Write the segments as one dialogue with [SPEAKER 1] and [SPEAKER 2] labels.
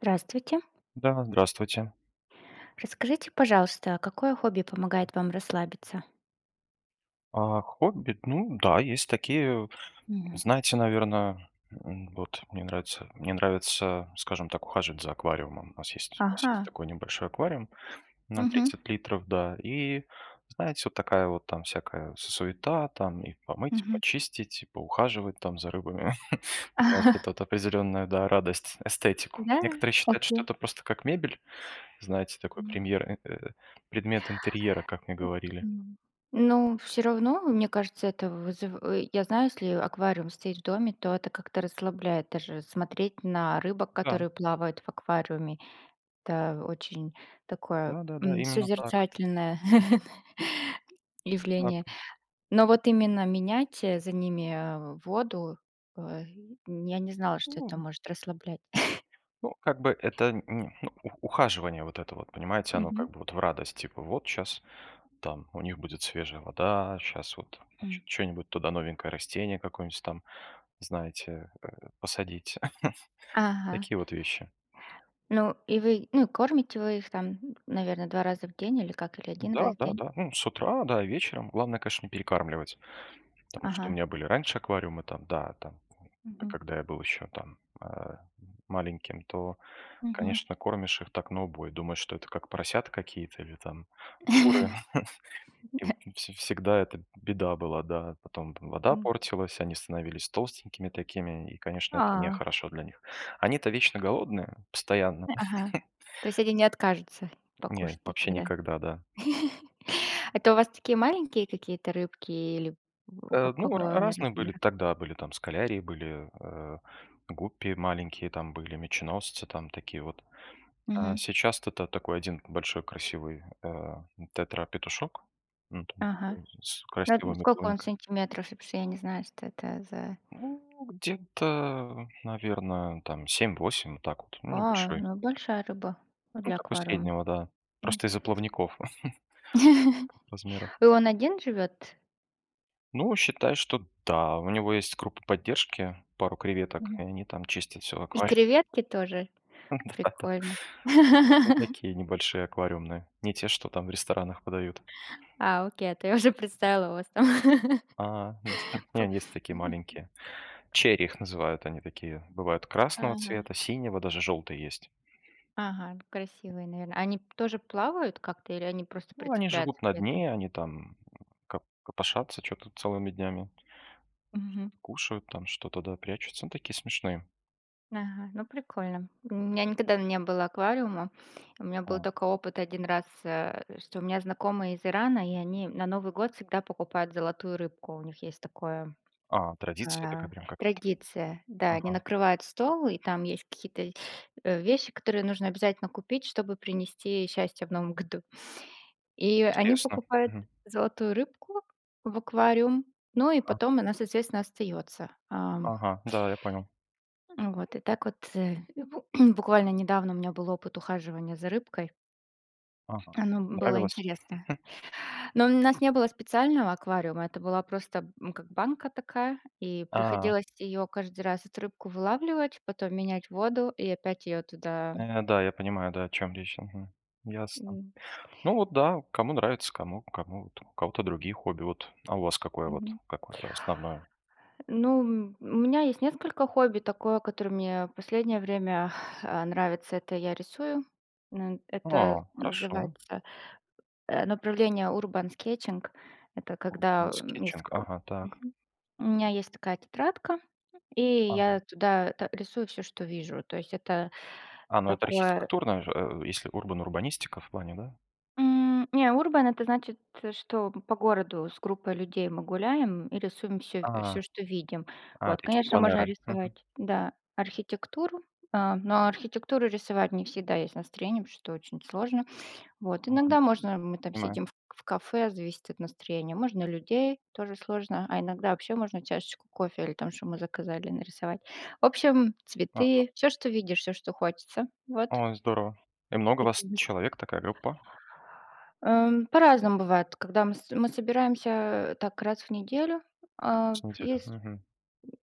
[SPEAKER 1] Здравствуйте.
[SPEAKER 2] Да, здравствуйте.
[SPEAKER 1] Расскажите, пожалуйста, какое хобби помогает вам расслабиться?
[SPEAKER 2] А, хобби, ну да, есть такие,
[SPEAKER 1] Мгм.
[SPEAKER 2] знаете, наверное, вот мне нравится, скажем так, ухаживать за аквариумом. У нас есть, у нас
[SPEAKER 1] Ага.
[SPEAKER 2] есть такой небольшой аквариум на
[SPEAKER 1] Мгм.
[SPEAKER 2] 30 литров, да, и, знаете, вот такая вот там всякая суета, там и помыть, и
[SPEAKER 1] Мгм.
[SPEAKER 2] почистить, и поухаживать там за рыбами. Приносит вот определенную, да, радость, эстетику.
[SPEAKER 1] Да?
[SPEAKER 2] Некоторые считают,
[SPEAKER 1] Окей.
[SPEAKER 2] что это просто как мебель, знаете, такой
[SPEAKER 1] М.
[SPEAKER 2] премьер, предмет интерьера, как мне
[SPEAKER 1] М,
[SPEAKER 2] говорили.
[SPEAKER 1] Ну, все равно, мне кажется, это я знаю, если аквариум стоит в доме, то это как-то расслабляет. Даже смотреть на рыбок,
[SPEAKER 2] Да.
[SPEAKER 1] которые плавают в аквариуме, это очень такое,
[SPEAKER 2] Да-да-да, именно так.
[SPEAKER 1] созерцательное
[SPEAKER 2] Да,
[SPEAKER 1] явление. Но вот именно менять, за ними, воду, э, я не знала, что это
[SPEAKER 2] ну
[SPEAKER 1] может расслаблять.
[SPEAKER 2] ну, как бы это н ну, у ухаживание вот это вот, понимаете, оно
[SPEAKER 1] Мгм.
[SPEAKER 2] как бы вот в радость. Типа вот сейчас там у них будет свежая вода, сейчас вот,
[SPEAKER 1] М.
[SPEAKER 2] что нибудь туда новенькое растение какое-нибудь там, знаете, посадить.
[SPEAKER 1] Ага.
[SPEAKER 2] Такие вот вещи.
[SPEAKER 1] Ну, и вы, ну, кормите вы их там, наверное, 2 раза в день или как, или один раз в день?
[SPEAKER 2] Да-да-да, ну, с утра, да, вечером. Главное, конечно, не перекармливать. Потому что у
[SPEAKER 1] Ага.
[SPEAKER 2] меня были раньше аквариумы там, да, там,
[SPEAKER 1] Мгм.
[SPEAKER 2] когда я был еще там, маленьким, то,
[SPEAKER 1] Мгм.
[SPEAKER 2] конечно, кормишь их так на убой. Думаешь, что это как поросята какие-то или там куры. И вот вс всегда это беда была, да. Потом там вода
[SPEAKER 1] М.
[SPEAKER 2] портилась, они становились толстенькими такими, и, конечно, это
[SPEAKER 1] А,
[SPEAKER 2] нехорошо для них. Они-то вечно голодные, постоянно.
[SPEAKER 1] ага. То есть они не откажутся
[SPEAKER 2] Не,
[SPEAKER 1] покушать
[SPEAKER 2] вообще
[SPEAKER 1] никогда?
[SPEAKER 2] никогда, да.
[SPEAKER 1] Это у вас такие маленькие какие-то рыбки или у
[SPEAKER 2] Э, ну, ра
[SPEAKER 1] какого они
[SPEAKER 2] разные были
[SPEAKER 1] размера?
[SPEAKER 2] тогда, были там скалярии, были гуппи маленькие там были, меченосцы там такие вот. А,
[SPEAKER 1] Мгм.
[SPEAKER 2] сейчас это такой один большой красивый, тетрапетушок. Ну, там
[SPEAKER 1] Ага.
[SPEAKER 2] такой с
[SPEAKER 1] Ну, вот
[SPEAKER 2] красивыми
[SPEAKER 1] сколько он
[SPEAKER 2] плавниками.
[SPEAKER 1] сантиметров? Потому что я не знаю, что это за
[SPEAKER 2] Ну, где-то, наверное, там 7-8, вот так вот. Ну,
[SPEAKER 1] А,
[SPEAKER 2] небольшой.
[SPEAKER 1] ну, большая рыба
[SPEAKER 2] Ну,
[SPEAKER 1] для
[SPEAKER 2] такой
[SPEAKER 1] аквариума.
[SPEAKER 2] среднего, да.
[SPEAKER 1] М.
[SPEAKER 2] Просто из-за плавников размера.
[SPEAKER 1] И он один живет?
[SPEAKER 2] Ну, считай, что да, у него есть группа поддержки, пару креветок,
[SPEAKER 1] Мгм.
[SPEAKER 2] и они там чистят все
[SPEAKER 1] И
[SPEAKER 2] аквариум.
[SPEAKER 1] креветки тоже?
[SPEAKER 2] Да-да-да.
[SPEAKER 1] Прикольно.
[SPEAKER 2] Не такие, небольшие аквариумные, не те, что там в ресторанах подают.
[SPEAKER 1] А, окей, а то я уже представила вас там.
[SPEAKER 2] А,
[SPEAKER 1] П
[SPEAKER 2] не, есть такие
[SPEAKER 1] мгм.
[SPEAKER 2] маленькие. Черри их называют, они такие бывают красного
[SPEAKER 1] Ага,
[SPEAKER 2] цвета, синего, даже желтый есть.
[SPEAKER 1] ага, красивые, наверное. Они тоже плавают как-то или они просто
[SPEAKER 2] Ну, они
[SPEAKER 1] прицепляются
[SPEAKER 2] живут на
[SPEAKER 1] где-то?
[SPEAKER 2] дне, они там копошатся чё-то целыми днями,
[SPEAKER 1] Мгм.
[SPEAKER 2] что-то кушают там, что-то, да, прячутся. Ну, такие смешные.
[SPEAKER 1] Ага, ну прикольно. У меня никогда не было аквариума. У меня был
[SPEAKER 2] Вот.
[SPEAKER 1] только опыт один раз, что у меня знакомые из Ирана, и они на Новый год всегда покупают золотую рыбку. У них есть такое
[SPEAKER 2] А, традиция такая
[SPEAKER 1] а,
[SPEAKER 2] прям какая-то.
[SPEAKER 1] традиция. Да, они
[SPEAKER 2] Ага,
[SPEAKER 1] накрывают стол, и там есть какие-то вещи, которые нужно обязательно купить, чтобы принести счастье в Новом году. И они
[SPEAKER 2] интересно.
[SPEAKER 1] покупают
[SPEAKER 2] Мгм.
[SPEAKER 1] золотую рыбку в аквариум, ну и
[SPEAKER 2] А,
[SPEAKER 1] потом она, соответственно, остается.
[SPEAKER 2] ага, да, я понял.
[SPEAKER 1] Вот, и так вот, э, бу буквально недавно у меня был опыт ухаживания за рыбкой.
[SPEAKER 2] Ага.
[SPEAKER 1] Оно было
[SPEAKER 2] Нравилось?
[SPEAKER 1] интересно. Но у нас не было специального аквариума, это была просто, как банка такая, и
[SPEAKER 2] А,
[SPEAKER 1] приходилось ее каждый раз, эту рыбку, вылавливать, потом менять воду и опять ее туда,
[SPEAKER 2] да, я понимаю, да, о чем речь. Мгм. Ясно.
[SPEAKER 1] м,
[SPEAKER 2] Ну вот да, кому нравится, кому вот у кого-то другие хобби. Вот, а у вас какое вот,
[SPEAKER 1] мгм.
[SPEAKER 2] какое-то основное?
[SPEAKER 1] Ну, у меня есть несколько хобби. Такое, которое мне в последнее время, нравится- это я рисую. Н Это
[SPEAKER 2] О, хорошо.
[SPEAKER 1] называется направление urban sketching. Это когда, м, есть
[SPEAKER 2] Скетчинг.
[SPEAKER 1] тако
[SPEAKER 2] Ага, так.
[SPEAKER 1] Мгм. У меня есть такая тетрадка, и
[SPEAKER 2] Ага.
[SPEAKER 1] я туда та рисую все, что вижу. То есть это
[SPEAKER 2] А, ну это
[SPEAKER 1] такое.
[SPEAKER 2] архитектурная же, если урбанистика в плане, да?
[SPEAKER 1] Не, урбан- это значит, что по городу с группой людей мы гуляем и рисуем все, все,
[SPEAKER 2] А,
[SPEAKER 1] что видим.
[SPEAKER 2] а,
[SPEAKER 1] Вот,
[SPEAKER 2] такие
[SPEAKER 1] конечно, можно
[SPEAKER 2] планеры. Мгм.
[SPEAKER 1] рисовать, да, архитектуру, но архитектуру рисовать не всегда есть настроение, потому что очень сложно. Вот,
[SPEAKER 2] Мгм.
[SPEAKER 1] иногда можно, мы там
[SPEAKER 2] Понимаю.
[SPEAKER 1] сидим в кафе, зависит от настроения, можно людей, тоже сложно, а иногда вообще можно чашечку кофе или там, что мы заказали, нарисовать. В общем,
[SPEAKER 2] А,
[SPEAKER 1] цветы, все, что видишь, все, что хочется. Вот
[SPEAKER 2] ой, здорово. И много
[SPEAKER 1] такие
[SPEAKER 2] вас
[SPEAKER 1] быс
[SPEAKER 2] человек, такая группа
[SPEAKER 1] По-разному бывает, когда мы собираемся так раз в неделю, а,
[SPEAKER 2] с неделю?
[SPEAKER 1] ес
[SPEAKER 2] Мгм.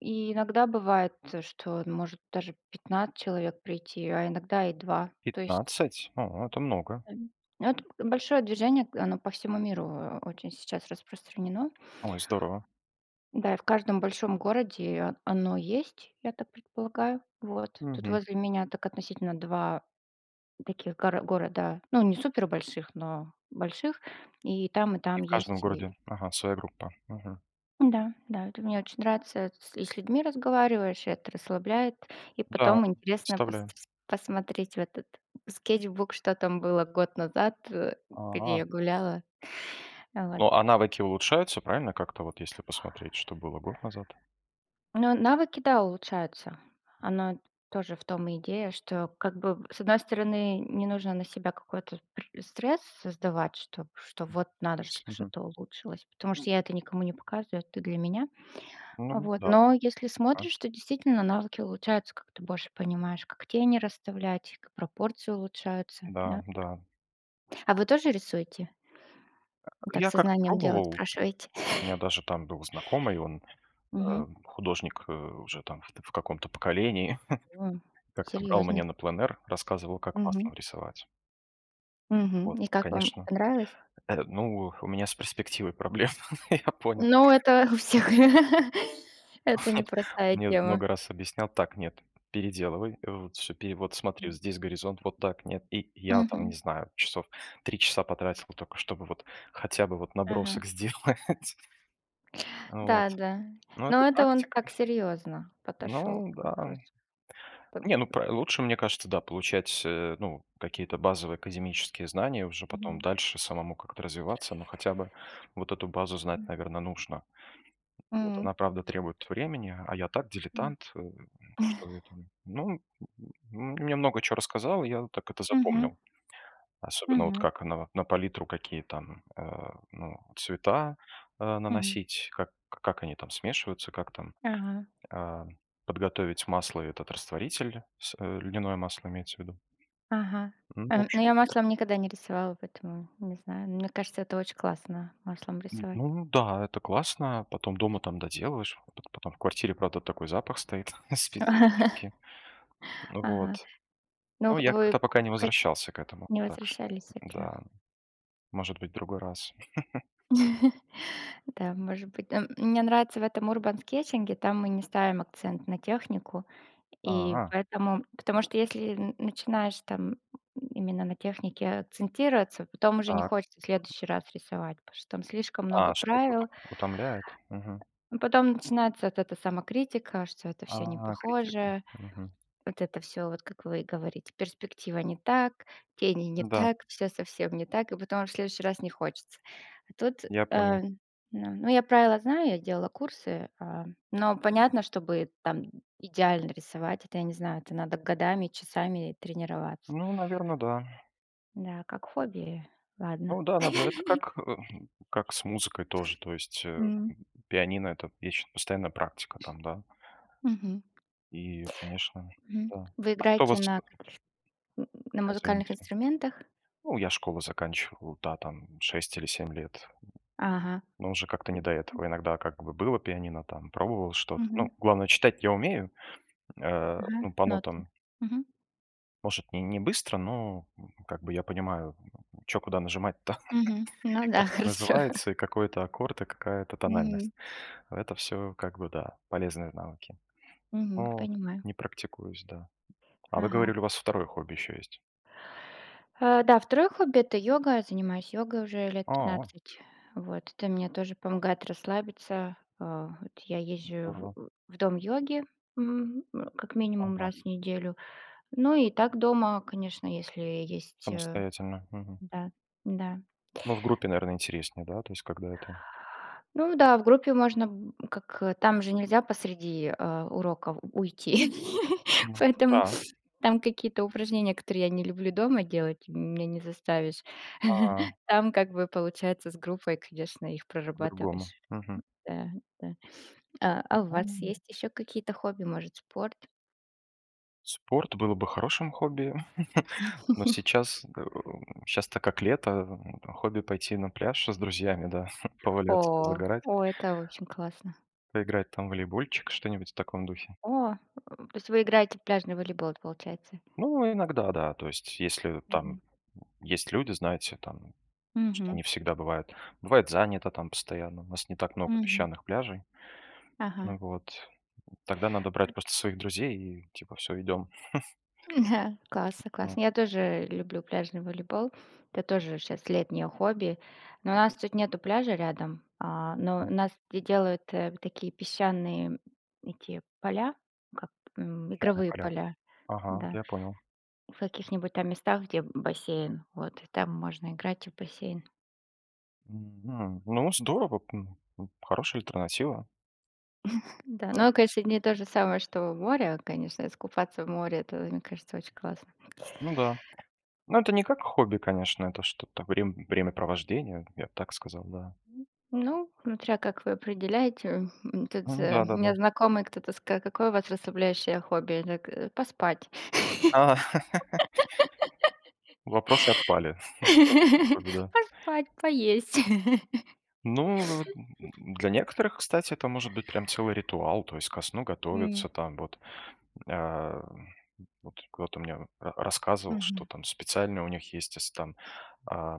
[SPEAKER 1] и иногда бывает, что может даже 15 человек прийти, а иногда и 2. То есть
[SPEAKER 2] 15? О, это много.
[SPEAKER 1] М. Ну, это большое движение, к оно по всему миру, очень сейчас распространено.
[SPEAKER 2] Ой, здорово.
[SPEAKER 1] Да, и в каждом большом городе о оно есть, я так предполагаю. Вот. Тут
[SPEAKER 2] Мгм.
[SPEAKER 1] возле меня так относительно 2 таких города, ну, не супер больших, но больших. И
[SPEAKER 2] И
[SPEAKER 1] там
[SPEAKER 2] в каждом
[SPEAKER 1] есть, и
[SPEAKER 2] городе, ага, своя группа. Мгм.
[SPEAKER 1] Да, да, это мне очень нравится. С людьми разговариваешь, и это расслабляет. И
[SPEAKER 2] Да,
[SPEAKER 1] потом интересно
[SPEAKER 2] представляю.
[SPEAKER 1] посмотреть в этот скетчбук, что там было год назад, где
[SPEAKER 2] А.
[SPEAKER 1] я гуляла. Вот.
[SPEAKER 2] Но, а навыки улучшаются, правильно, как-то вот если посмотреть, что было год назад?
[SPEAKER 1] Но навыки, да, улучшаются. Оно тоже в том и идея, что как бы, с одной стороны, не нужно на себя какой-то пр стресс создавать, что вот надо, чтобы
[SPEAKER 2] С мгм.
[SPEAKER 1] что-то улучшилось, потому что я это никому не показываю, это для меня.
[SPEAKER 2] Ну
[SPEAKER 1] Вот.
[SPEAKER 2] да,
[SPEAKER 1] Но если
[SPEAKER 2] да.
[SPEAKER 1] смотришь, то действительно навыки улучшаются, как ты больше понимаешь, как тени расставлять, как пропорции улучшаются,
[SPEAKER 2] Да,
[SPEAKER 1] да.
[SPEAKER 2] да.
[SPEAKER 1] А вы тоже рисуете? Так
[SPEAKER 2] Я как-то
[SPEAKER 1] сознанием дела
[SPEAKER 2] пробовал.
[SPEAKER 1] спрашиваете?
[SPEAKER 2] У меня даже там был знакомый, он,
[SPEAKER 1] Мгм.
[SPEAKER 2] художник, уже там в каком-то поколении.
[SPEAKER 1] О,
[SPEAKER 2] Как-то брал меня
[SPEAKER 1] серьезно?
[SPEAKER 2] на пленэр, рассказывал, как
[SPEAKER 1] Мгм.
[SPEAKER 2] маслом рисовать.
[SPEAKER 1] Мгм.
[SPEAKER 2] Вот,
[SPEAKER 1] И как вам?
[SPEAKER 2] конечно,
[SPEAKER 1] Понравилось?
[SPEAKER 2] ну, у меня с перспективой проблем, я понял.
[SPEAKER 1] Ну, это у всех. Это непростая
[SPEAKER 2] Мне
[SPEAKER 1] тема.
[SPEAKER 2] много раз объяснял: "Так, нет, переделывай, вот всё пере вот смотри, вот здесь горизонт, вот так, нет". И я там,
[SPEAKER 1] Мгм.
[SPEAKER 2] не знаю, часов 3 часа потратил только, чтобы вот хотя бы вот
[SPEAKER 1] Ага.
[SPEAKER 2] набросок сделать. Вот.
[SPEAKER 1] Да, да.
[SPEAKER 2] Ну это
[SPEAKER 1] Но это он
[SPEAKER 2] практика.
[SPEAKER 1] так серьезно подошел
[SPEAKER 2] Ну
[SPEAKER 1] к
[SPEAKER 2] да.
[SPEAKER 1] вопросу. П
[SPEAKER 2] Не, ну, пра лучше, мне кажется, да, получать, ну, какие-то базовые академические знания, уже потом
[SPEAKER 1] Мгм.
[SPEAKER 2] дальше самому как-то развиваться, но хотя бы вот эту базу знать,
[SPEAKER 1] М.
[SPEAKER 2] наверное, нужно. Вот
[SPEAKER 1] М.
[SPEAKER 2] она, правда, требует времени, а я так дилетант, что я там ну, мне много чё рассказала, я вот так это
[SPEAKER 1] Мгм.
[SPEAKER 2] запомнил. Особенно вот
[SPEAKER 1] Мгм.
[SPEAKER 2] как на вот на палитру какие там, ну, цвета,
[SPEAKER 1] Мгм.
[SPEAKER 2] наносить, как они там смешиваются, как там
[SPEAKER 1] Ага.
[SPEAKER 2] а, подготовить масло и этот растворитель, льняное масло имеется в виду.
[SPEAKER 1] Ага.
[SPEAKER 2] Ну, в
[SPEAKER 1] Ну, я
[SPEAKER 2] общем,
[SPEAKER 1] маслом никогда не рисовала, поэтому не знаю. Мне кажется, это очень классно- маслом
[SPEAKER 2] н
[SPEAKER 1] рисовать.
[SPEAKER 2] ну да, это классно. Потом дома там доделаешь. Потом в квартире, правда, такой запах стоит специфический.
[SPEAKER 1] Ага.
[SPEAKER 2] Вот.
[SPEAKER 1] Ну,
[SPEAKER 2] Но я
[SPEAKER 1] вы
[SPEAKER 2] как-то пока не
[SPEAKER 1] хоть
[SPEAKER 2] возвращался к этому,
[SPEAKER 1] не
[SPEAKER 2] так что
[SPEAKER 1] возвращались к.
[SPEAKER 2] да, может быть, в другой раз.
[SPEAKER 1] Да, может быть. М, мне нравится в этом урбан-скетчинге, там мы не ставим акцент на технику, и
[SPEAKER 2] А,
[SPEAKER 1] поэтому потому что если н начинаешь там именно на технике акцентироваться, потом уже не
[SPEAKER 2] так.
[SPEAKER 1] хочется в следующий раз рисовать, потому что там слишком много
[SPEAKER 2] А, что это ута
[SPEAKER 1] правил.
[SPEAKER 2] утомляет? Мгм.
[SPEAKER 1] Ну, потом начинается вот эта самокритика, что это все не
[SPEAKER 2] А, критика.
[SPEAKER 1] похоже.
[SPEAKER 2] Мгм.
[SPEAKER 1] Вот это все вот как вы и говорите, перспектива не так, тени не
[SPEAKER 2] Да,
[SPEAKER 1] так, все совсем не так, и потом в следующий раз не хочется. А тут,
[SPEAKER 2] я понял.
[SPEAKER 1] ну, я правила знаю, я делала курсы, но понятно, чтобы там идеально рисовать, это я не знаю, это надо годами, часами тренироваться.
[SPEAKER 2] Ну, наверное, да.
[SPEAKER 1] Да, как хобби, ладно.
[SPEAKER 2] Ну да, надо. Это как с музыкой тоже. То есть,
[SPEAKER 1] М,
[SPEAKER 2] пианино — это вечно постоянная практика там, да.
[SPEAKER 1] мгм.
[SPEAKER 2] И, конечно,
[SPEAKER 1] Мгм.
[SPEAKER 2] да.
[SPEAKER 1] Вы
[SPEAKER 2] А что у
[SPEAKER 1] играете
[SPEAKER 2] вас
[SPEAKER 1] на
[SPEAKER 2] а,
[SPEAKER 1] музыкальных
[SPEAKER 2] извините.
[SPEAKER 1] инструментах?
[SPEAKER 2] Ну, я школу заканчивал, да, там 6 или 7 лет.
[SPEAKER 1] Ага.
[SPEAKER 2] Но уже как-то не до этого. Иногда как бы было пианино, там пробовал что-то.
[SPEAKER 1] Мгм.
[SPEAKER 2] Ну, главное, читать я умею,
[SPEAKER 1] Ага,
[SPEAKER 2] ну, по
[SPEAKER 1] ноты.
[SPEAKER 2] нотам.
[SPEAKER 1] Мгм.
[SPEAKER 2] Может, не быстро, но, как бы я понимаю, что куда нажимать-то,
[SPEAKER 1] Мгм. Ну
[SPEAKER 2] и
[SPEAKER 1] да,
[SPEAKER 2] как это
[SPEAKER 1] хорошо.
[SPEAKER 2] называется, и какой это аккорд, и какая это
[SPEAKER 1] Мгм,
[SPEAKER 2] тональность. Это все как бы, да, полезные навыки.
[SPEAKER 1] мгм,
[SPEAKER 2] Ну,
[SPEAKER 1] понимаю.
[SPEAKER 2] не практикуюсь, да. А вы
[SPEAKER 1] Ага.
[SPEAKER 2] говорили, у вас второе хобби еще есть?
[SPEAKER 1] А, да, второе хобби- это йога. Занимаюсь йогой уже лет
[SPEAKER 2] А,
[SPEAKER 1] 15. Вот, это мне тоже помогает расслабиться. А, вот я езжу
[SPEAKER 2] здорово.
[SPEAKER 1] в дом йоги, как минимум
[SPEAKER 2] Ага,
[SPEAKER 1] раз в неделю. Ну и так дома, конечно, если есть,
[SPEAKER 2] самостоятельно, мгм.
[SPEAKER 1] да, да.
[SPEAKER 2] Ну, в группе, наверное, интереснее, да, то есть когда это.
[SPEAKER 1] Ну да, в группе можно, как, там же нельзя посреди, уроков уйти.
[SPEAKER 2] Ну
[SPEAKER 1] Поэтому
[SPEAKER 2] да,
[SPEAKER 1] там какие-то упражнения, которые я не люблю дома делать, меня не заставишь.
[SPEAKER 2] да,
[SPEAKER 1] Там как бы получается с группой, конечно, их прорабатываешь.
[SPEAKER 2] по-другому. Мгм.
[SPEAKER 1] Да, да. А у вас
[SPEAKER 2] Ну,
[SPEAKER 1] есть еще какие-то хобби, может, спорт?
[SPEAKER 2] спорт было бы хорошим хобби, но сейчас, щас так как лето, хобби пойти на пляж с друзьями, да, поваляться,
[SPEAKER 1] О,
[SPEAKER 2] загорать,
[SPEAKER 1] о, это очень классно.
[SPEAKER 2] поиграть там в волейбольчик, что-нибудь в таком духе.
[SPEAKER 1] О, то есть вы играете в пляжный волейбол, получается?
[SPEAKER 2] Ну, иногда, да, то есть если там.
[SPEAKER 1] Мгм.
[SPEAKER 2] Есть люди, знаете, там, что
[SPEAKER 1] Мгм.
[SPEAKER 2] не всегда бывает. Бывает занято там постоянно. У нас не так много
[SPEAKER 1] Мгм.
[SPEAKER 2] песчаных пляжей.
[SPEAKER 1] Ага.
[SPEAKER 2] Ну вот. Тогда надо брать просто своих друзей и типа все идем
[SPEAKER 1] Ага, классно,
[SPEAKER 2] на
[SPEAKER 1] классно. Я тоже люблю пляжный волейбол. Это тоже сейчас летнее хобби. Но у нас тут нету пляжа рядом, но у
[SPEAKER 2] на
[SPEAKER 1] нас делают такие песчаные эти поля, как
[SPEAKER 2] песчаные
[SPEAKER 1] игровые
[SPEAKER 2] поля.
[SPEAKER 1] поля,
[SPEAKER 2] Ага,
[SPEAKER 1] да,
[SPEAKER 2] я понял.
[SPEAKER 1] в каких-нибудь там местах, где бассейн, вот, и там можно играть и в бассейн.
[SPEAKER 2] Мгм. Ну, здорово, хорошая альтернатива.
[SPEAKER 1] Да,
[SPEAKER 2] Да.
[SPEAKER 1] но, конечно, не то же самое, что море, конечно, искупаться в море, это, мне кажется, очень классно.
[SPEAKER 2] Ну да. Ну, это не как хобби, конечно, это что-то времяпровождение, я б так сказал, да.
[SPEAKER 1] Ну, смотря как вы определяете, тут,
[SPEAKER 2] Ну
[SPEAKER 1] у
[SPEAKER 2] да-да-да.
[SPEAKER 1] меня знакомый кто-то сказал: «Какое у вас расслабляющее хобби?» Я так: «Э, поспать».
[SPEAKER 2] А, вопросы отпали. Хорошее хобби, да.
[SPEAKER 1] Поспать, поесть.
[SPEAKER 2] Ну, вот, для некоторых, кстати, это может быть прям целый ритуал, то есть ко сну
[SPEAKER 1] М,
[SPEAKER 2] готовятся там вот. А, вот кто-то мне рассказывал, что
[SPEAKER 1] мгм.
[SPEAKER 2] там специально у них есть если там, а,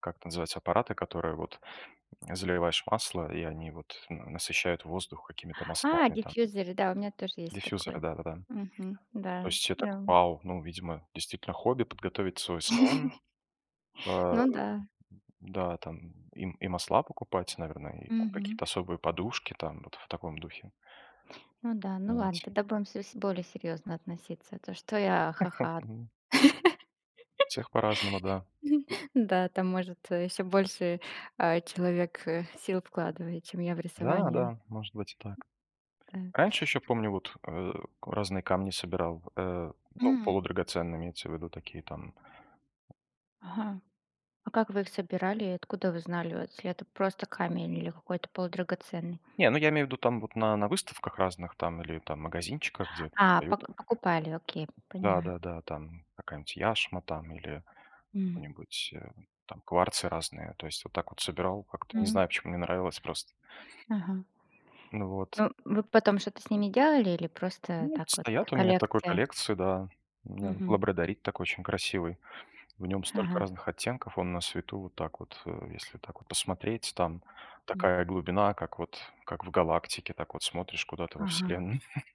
[SPEAKER 2] как это называется, аппараты, которые вот заливаешь масло, и они вот насыщают воздух какими-то
[SPEAKER 1] А,
[SPEAKER 2] маслами там,
[SPEAKER 1] диффьюзеры, да, у меня тоже есть такой.
[SPEAKER 2] диффьюзеры, да-да-да.
[SPEAKER 1] Мгм,
[SPEAKER 2] То
[SPEAKER 1] да,
[SPEAKER 2] есть все так,
[SPEAKER 1] да.
[SPEAKER 2] вау, ну, видимо, действительно хобби подготовить свой салон, а,
[SPEAKER 1] Ну да,
[SPEAKER 2] да, там и, и масла покупать, наверное, и там
[SPEAKER 1] мгм.
[SPEAKER 2] какие-то особые подушки там вот в таком духе.
[SPEAKER 1] Ну да, ну ладно,
[SPEAKER 2] Знаете,
[SPEAKER 1] тогда будем се с более серьезно относиться, а то что я ха-ха.
[SPEAKER 2] м, всех по-разному, да.
[SPEAKER 1] Да, там, может, еще больше, человек, сил вкладывает, чем я в
[SPEAKER 2] Да,
[SPEAKER 1] рисование.
[SPEAKER 2] да, может быть и так.
[SPEAKER 1] Да.
[SPEAKER 2] Раньше еще помню, вот, разные камни собирал, ну,
[SPEAKER 1] М,
[SPEAKER 2] полудрагоценные, имеется в виду такие там.
[SPEAKER 1] ага. А как вы их собирали и откуда вы знали, если это просто камень или какой-то полудрагоценный?
[SPEAKER 2] Не, ну я имею в виду там вот на выставках разных там или там магазинчиках, где
[SPEAKER 1] А,
[SPEAKER 2] дают.
[SPEAKER 1] покупали, окей, понимаю.
[SPEAKER 2] Да-да-да, там какая-нибудь яшма там или
[SPEAKER 1] М,
[SPEAKER 2] какой-нибудь, там кварцы разные. То есть вот так вот собирал как-то, не
[SPEAKER 1] мгм,
[SPEAKER 2] знаю, почему мне нравилось просто.
[SPEAKER 1] ага.
[SPEAKER 2] Ну вот.
[SPEAKER 1] Ну, вы потом что-то с ними делали или просто
[SPEAKER 2] Ну,
[SPEAKER 1] так вот
[SPEAKER 2] стоят у меня в такой
[SPEAKER 1] коллекция?
[SPEAKER 2] коллекции, да. У меня
[SPEAKER 1] Мгм,
[SPEAKER 2] лабрадорит такой очень красивый. В нем столько
[SPEAKER 1] ага,
[SPEAKER 2] разных оттенков, он на свету вот так вот, если так вот посмотреть, там
[SPEAKER 1] м,
[SPEAKER 2] такая глубина, как в галактике, так вот смотришь куда-то во
[SPEAKER 1] ага.
[SPEAKER 2] Вселенную.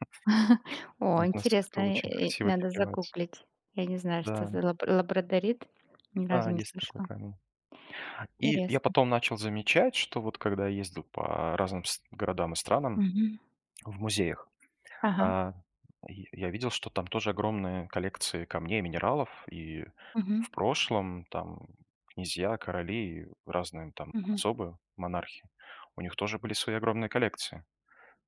[SPEAKER 1] О,
[SPEAKER 2] Вот на свету
[SPEAKER 1] интересно,
[SPEAKER 2] очень красиво
[SPEAKER 1] надо
[SPEAKER 2] переливается.
[SPEAKER 1] загуглить. Я не знаю, что
[SPEAKER 2] Да,
[SPEAKER 1] за лабрадорит, ни разу
[SPEAKER 2] да,
[SPEAKER 1] не
[SPEAKER 2] есть такой
[SPEAKER 1] слышала.
[SPEAKER 2] камень. И я
[SPEAKER 1] Интересно.
[SPEAKER 2] потом начал замечать, что вот когда я ездил по разным городам и странам
[SPEAKER 1] Мгм,
[SPEAKER 2] в музеях,
[SPEAKER 1] ага,
[SPEAKER 2] а, и я видел, что там тоже огромные коллекции камней, минералов, и
[SPEAKER 1] мгм,
[SPEAKER 2] в прошлом там князья, короли и разные там
[SPEAKER 1] мгм,
[SPEAKER 2] особые монархи, у них тоже были свои огромные коллекции.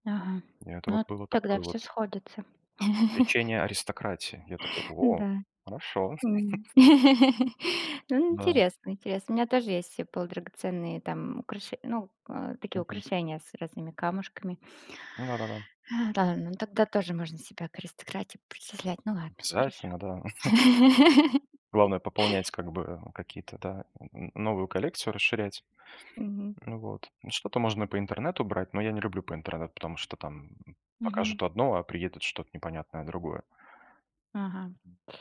[SPEAKER 1] ага.
[SPEAKER 2] И это вот
[SPEAKER 1] Ну,
[SPEAKER 2] было
[SPEAKER 1] тогда
[SPEAKER 2] такое
[SPEAKER 1] все
[SPEAKER 2] вот
[SPEAKER 1] сходится.
[SPEAKER 2] увлечение аристократии. Я такой: "О,
[SPEAKER 1] Да,
[SPEAKER 2] хорошо".
[SPEAKER 1] м. Ну,
[SPEAKER 2] Да.
[SPEAKER 1] интересно, интересно. У меня тоже есть, полудрагоценные там украшения, ну, такие
[SPEAKER 2] Мгм.
[SPEAKER 1] украшения с разными камушками.
[SPEAKER 2] Ну да-да-да.
[SPEAKER 1] А, да, ну тогда тоже можно себя к аристократе причислять. Ну ладно, хорошо.
[SPEAKER 2] Обязательно, да. Главное пополнять как бы какие-то, да, н новую коллекцию расширять.
[SPEAKER 1] Мгм.
[SPEAKER 2] Ну вот. Ну, что-то можно по интернету брать, но я не люблю по интернету, потому что там
[SPEAKER 1] Мгм.
[SPEAKER 2] покажут одно, а приедет что-то непонятное другое.
[SPEAKER 1] Ага.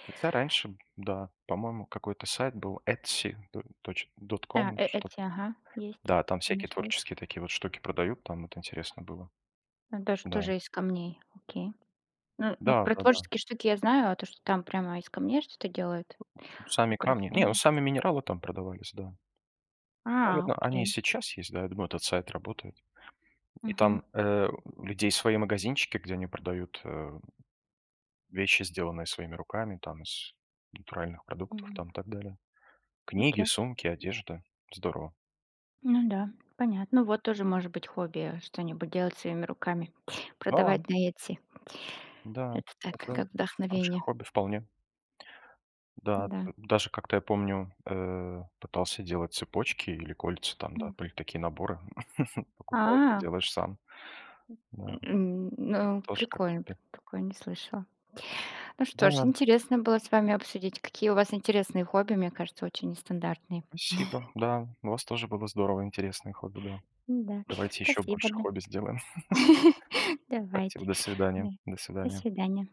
[SPEAKER 2] Хотя раньше, да, по-моему, какой-то сайт был Etsy, точ. Dot
[SPEAKER 1] А,
[SPEAKER 2] .com, что.
[SPEAKER 1] эти, ага, есть.
[SPEAKER 2] Да, там
[SPEAKER 1] Он
[SPEAKER 2] всякие
[SPEAKER 1] ещё есть.
[SPEAKER 2] творческие такие вот штуки продают, там вот интересно было.
[SPEAKER 1] Ну,
[SPEAKER 2] Да,
[SPEAKER 1] тоже из камней, окей. Ну,
[SPEAKER 2] да,
[SPEAKER 1] про
[SPEAKER 2] да, да.
[SPEAKER 1] творческие штуки я знаю, а то, что там прямо из камней что-то делают,
[SPEAKER 2] Сами камни. Не, ну
[SPEAKER 1] украшения.
[SPEAKER 2] сами минералы там продавались, да.
[SPEAKER 1] А,
[SPEAKER 2] Наверное, они и
[SPEAKER 1] окей.
[SPEAKER 2] сейчас есть, да, я думаю, этот сайт работает. И
[SPEAKER 1] Мгм.
[SPEAKER 2] там, у людей свои магазинчики, где они продают, вещи, сделанные своими руками, там из натуральных продуктов,
[SPEAKER 1] Мгм.
[SPEAKER 2] там и так далее. Книги,
[SPEAKER 1] Окей.
[SPEAKER 2] сумки, одежда. Здорово.
[SPEAKER 1] Ну да, понятно. Ну вот тоже может быть хобби что-нибудь делать своими руками,
[SPEAKER 2] Да,
[SPEAKER 1] продавать на Etsy.
[SPEAKER 2] да,
[SPEAKER 1] Это так,
[SPEAKER 2] это
[SPEAKER 1] как
[SPEAKER 2] хорошее
[SPEAKER 1] вдохновение,
[SPEAKER 2] хобби вполне. Да,
[SPEAKER 1] да.
[SPEAKER 2] д даже как-то я помню, пытался делать цепочки или кольца там, да,
[SPEAKER 1] М.
[SPEAKER 2] были такие наборы, покупаешь и
[SPEAKER 1] А,
[SPEAKER 2] делаешь сам. Да,
[SPEAKER 1] ну
[SPEAKER 2] тоже как
[SPEAKER 1] прикольно,
[SPEAKER 2] хобби.
[SPEAKER 1] такое не слышала. Ну что ж,
[SPEAKER 2] Да,
[SPEAKER 1] интересно было с вами обсудить, какие у вас интересные хобби, мне кажется, очень нестандартные.
[SPEAKER 2] спасибо. Да, у вас тоже было здорово, интересное хобби, да.
[SPEAKER 1] Да,
[SPEAKER 2] Давайте еще
[SPEAKER 1] спасибо,
[SPEAKER 2] больше
[SPEAKER 1] да.
[SPEAKER 2] хобби сделаем. Спасибо,
[SPEAKER 1] Давайте.
[SPEAKER 2] до
[SPEAKER 1] Да.
[SPEAKER 2] свидания. До
[SPEAKER 1] До
[SPEAKER 2] свидания.
[SPEAKER 1] свидания.